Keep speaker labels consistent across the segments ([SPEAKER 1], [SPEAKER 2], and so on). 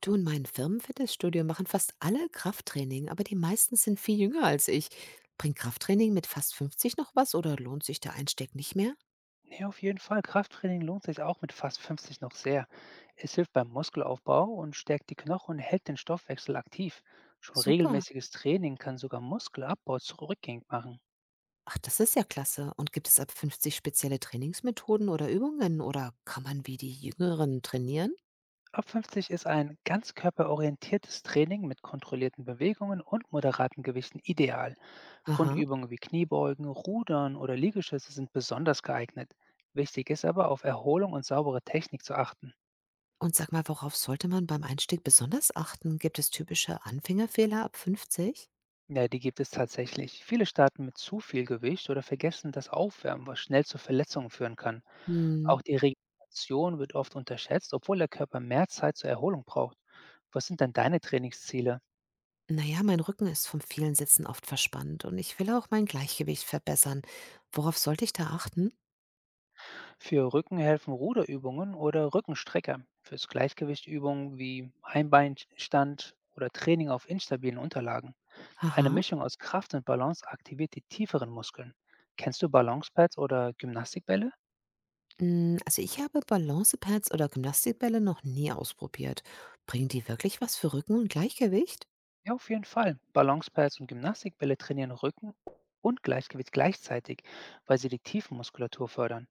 [SPEAKER 1] Du, in meinem Firmenfitnessstudio machen fast alle Krafttraining, aber die meisten sind viel jünger als ich. Bringt Krafttraining mit fast 50 noch was oder lohnt sich der Einstieg nicht mehr?
[SPEAKER 2] Ne, auf jeden Fall. Krafttraining lohnt sich auch mit fast 50 noch sehr. Es hilft beim Muskelaufbau und stärkt die Knochen und hält den Stoffwechsel aktiv. Schon
[SPEAKER 1] Super.
[SPEAKER 2] regelmäßiges Training kann sogar Muskelabbau zurückgängig machen.
[SPEAKER 1] Ach, das ist ja klasse. Und gibt es ab 50 spezielle Trainingsmethoden oder Übungen oder kann man wie die Jüngeren trainieren?
[SPEAKER 2] Ab 50 ist ein ganzkörperorientiertes Training mit kontrollierten Bewegungen und moderaten Gewichten ideal.
[SPEAKER 1] Aha.
[SPEAKER 2] Grundübungen wie Kniebeugen, Rudern oder Liegestütze sind besonders geeignet. Wichtig ist aber, auf Erholung und saubere Technik zu achten.
[SPEAKER 1] Und sag mal, worauf sollte man beim Einstieg besonders achten? Gibt es typische Anfängerfehler ab 50?
[SPEAKER 2] Ja, die gibt es tatsächlich. Viele starten mit zu viel Gewicht oder vergessen das Aufwärmen, was schnell zu Verletzungen führen kann.
[SPEAKER 1] Hm.
[SPEAKER 2] Auch die Regeneration wird oft unterschätzt, obwohl der Körper mehr Zeit zur Erholung braucht. Was sind denn deine Trainingsziele?
[SPEAKER 1] Na ja, mein Rücken ist vom vielen Sitzen oft verspannt und ich will auch mein Gleichgewicht verbessern. Worauf sollte ich da achten?
[SPEAKER 2] Für Rücken helfen Ruderübungen oder Rückenstrecker. Fürs Gleichgewicht Übungen wie Einbeinstand oder Training auf instabilen Unterlagen. Eine
[SPEAKER 1] Aha.
[SPEAKER 2] Mischung aus Kraft und Balance aktiviert die tieferen Muskeln. Kennst du Balancepads oder Gymnastikbälle?
[SPEAKER 1] Hm, also ich habe Balancepads oder Gymnastikbälle noch nie ausprobiert. Bringen die wirklich was für Rücken und Gleichgewicht?
[SPEAKER 2] Ja, auf jeden Fall. Balancepads und Gymnastikbälle trainieren Rücken und Gleichgewicht gleichzeitig, weil sie die Tiefenmuskulatur fördern.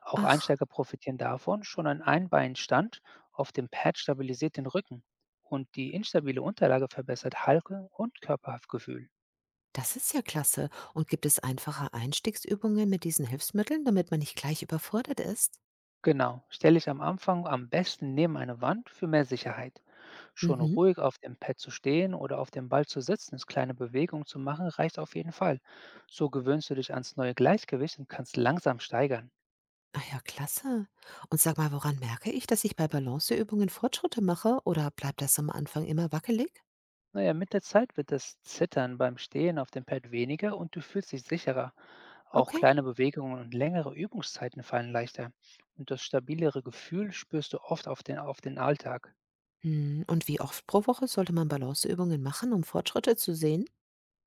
[SPEAKER 2] Auch
[SPEAKER 1] Ach,
[SPEAKER 2] Einsteiger profitieren davon. Schon ein Einbeinstand auf dem Pad stabilisiert den Rücken und die instabile Unterlage verbessert Haltung und Körperhaftgefühl.
[SPEAKER 1] das ist ja klasse. Und gibt es einfache Einstiegsübungen mit diesen Hilfsmitteln, damit man nicht gleich überfordert ist?
[SPEAKER 2] Genau, stelle ich am Anfang am besten neben eine Wand für mehr Sicherheit. Schon
[SPEAKER 1] Mhm.
[SPEAKER 2] ruhig auf dem Pad zu stehen oder auf dem Ball zu sitzen, ist kleine Bewegungen zu machen, reicht auf jeden Fall. So gewöhnst du dich ans neue Gleichgewicht und kannst langsam steigern.
[SPEAKER 1] Ach ja, klasse. Und sag mal, woran merke ich, dass ich bei Balanceübungen Fortschritte mache oder bleibt das am Anfang immer wackelig?
[SPEAKER 2] Naja, mit der Zeit wird das Zittern beim Stehen auf dem Pad weniger und du fühlst dich sicherer. Auch
[SPEAKER 1] Okay.
[SPEAKER 2] kleine Bewegungen und längere Übungszeiten fallen leichter. Und das stabilere Gefühl spürst du oft auf den Alltag.
[SPEAKER 1] Mhm, und wie oft pro Woche sollte man Balanceübungen machen, um Fortschritte zu sehen?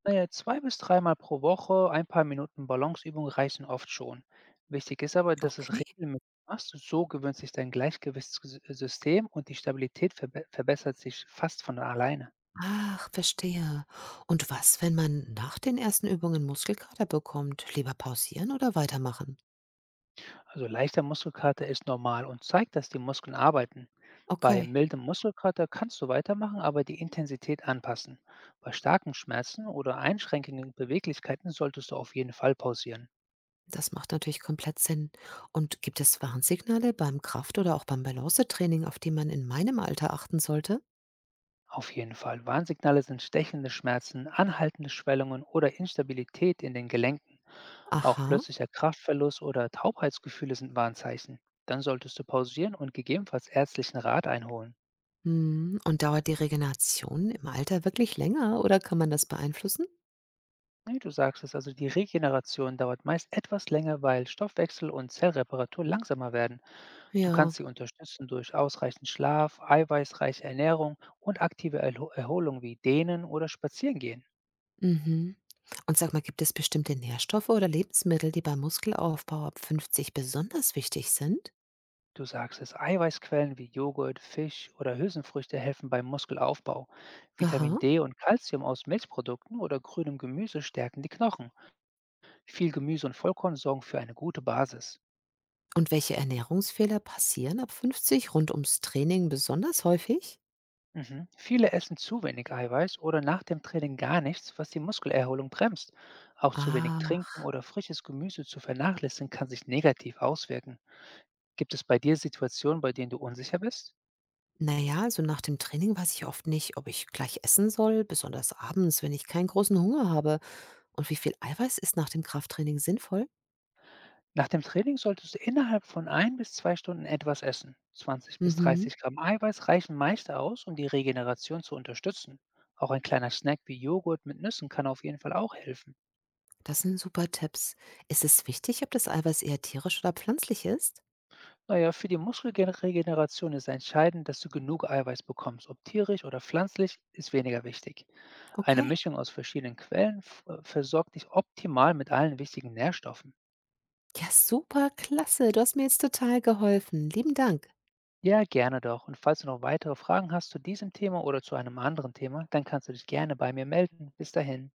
[SPEAKER 2] Naja, zwei bis dreimal pro Woche ein paar Minuten Balanceübung reichen oft schon. Wichtig ist aber, dass du es
[SPEAKER 1] Okay.
[SPEAKER 2] regelmäßig machst. So gewöhnt sich dein Gleichgewichtssystem und die Stabilität verbessert sich fast von alleine.
[SPEAKER 1] Ach, verstehe. Und was, wenn man nach den ersten Übungen Muskelkater bekommt? Lieber pausieren oder weitermachen?
[SPEAKER 2] Also leichter Muskelkater ist normal und zeigt, dass die Muskeln arbeiten. Bei
[SPEAKER 1] Okay,
[SPEAKER 2] mildem Muskelkater kannst du weitermachen, aber die Intensität anpassen. Bei starken Schmerzen oder einschränkenden Beweglichkeiten solltest du auf jeden Fall pausieren.
[SPEAKER 1] das macht natürlich komplett Sinn. Und gibt es Warnsignale beim Kraft- oder auch beim Balancetraining, auf die man in meinem Alter achten sollte?
[SPEAKER 2] Auf jeden Fall. Warnsignale sind stechende Schmerzen, anhaltende Schwellungen oder Instabilität in den Gelenken. Auch
[SPEAKER 1] Aha.
[SPEAKER 2] plötzlicher Kraftverlust oder Taubheitsgefühle sind Warnzeichen. Dann solltest du pausieren und gegebenenfalls ärztlichen Rat einholen.
[SPEAKER 1] Hm. Und dauert die Regeneration im Alter wirklich länger oder kann man das beeinflussen?
[SPEAKER 2] Nee, du sagst es, also die Regeneration dauert meist etwas länger, weil Stoffwechsel und Zellreparatur langsamer werden. Du
[SPEAKER 1] Ja.
[SPEAKER 2] kannst sie unterstützen durch ausreichend Schlaf, eiweißreiche Ernährung und aktive Erholung wie Dehnen oder Spazierengehen.
[SPEAKER 1] Mhm. Und sag mal, gibt es bestimmte Nährstoffe oder Lebensmittel, die beim Muskelaufbau ab 50 besonders wichtig sind?
[SPEAKER 2] Du sagst es, Eiweißquellen wie Joghurt, Fisch oder Hülsenfrüchte helfen beim Muskelaufbau. Vitamin
[SPEAKER 1] Aha.
[SPEAKER 2] D und Calcium aus Milchprodukten oder grünem Gemüse stärken die Knochen. Viel Gemüse und Vollkorn sorgen für eine gute Basis.
[SPEAKER 1] Und welche Ernährungsfehler passieren ab 50 rund ums Training besonders häufig?
[SPEAKER 2] Mhm. Viele essen zu wenig Eiweiß oder nach dem Training gar nichts, was die Muskelerholung bremst. Auch zu wenig Trinken
[SPEAKER 1] Ach,
[SPEAKER 2] oder frisches Gemüse zu vernachlässigen kann sich negativ auswirken. Gibt es bei dir Situationen, bei denen du unsicher bist?
[SPEAKER 1] naja, also nach dem Training weiß ich oft nicht, ob ich gleich essen soll, besonders abends, wenn ich keinen großen Hunger habe. Und wie viel Eiweiß ist nach dem Krafttraining sinnvoll?
[SPEAKER 2] Nach dem Training solltest du innerhalb von ein bis zwei Stunden etwas essen. 20 bis
[SPEAKER 1] Mhm,
[SPEAKER 2] 30 Gramm Eiweiß reichen meist aus, um die Regeneration zu unterstützen. Auch ein kleiner Snack wie Joghurt mit Nüssen kann auf jeden Fall auch helfen.
[SPEAKER 1] das sind super Tipps. Ist es wichtig, ob das Eiweiß eher tierisch oder pflanzlich ist?
[SPEAKER 2] Naja, für die Muskelregeneration ist entscheidend, dass du genug Eiweiß bekommst. Ob tierisch oder pflanzlich, ist weniger wichtig. Eine
[SPEAKER 1] Okay.
[SPEAKER 2] Mischung aus verschiedenen Quellen versorgt dich optimal mit allen wichtigen Nährstoffen.
[SPEAKER 1] Ja, super, klasse. Du hast mir jetzt total geholfen. Lieben Dank.
[SPEAKER 2] Ja, gerne doch. Und falls du noch weitere Fragen hast zu diesem Thema oder zu einem anderen Thema, dann kannst du dich gerne bei mir melden. Bis dahin.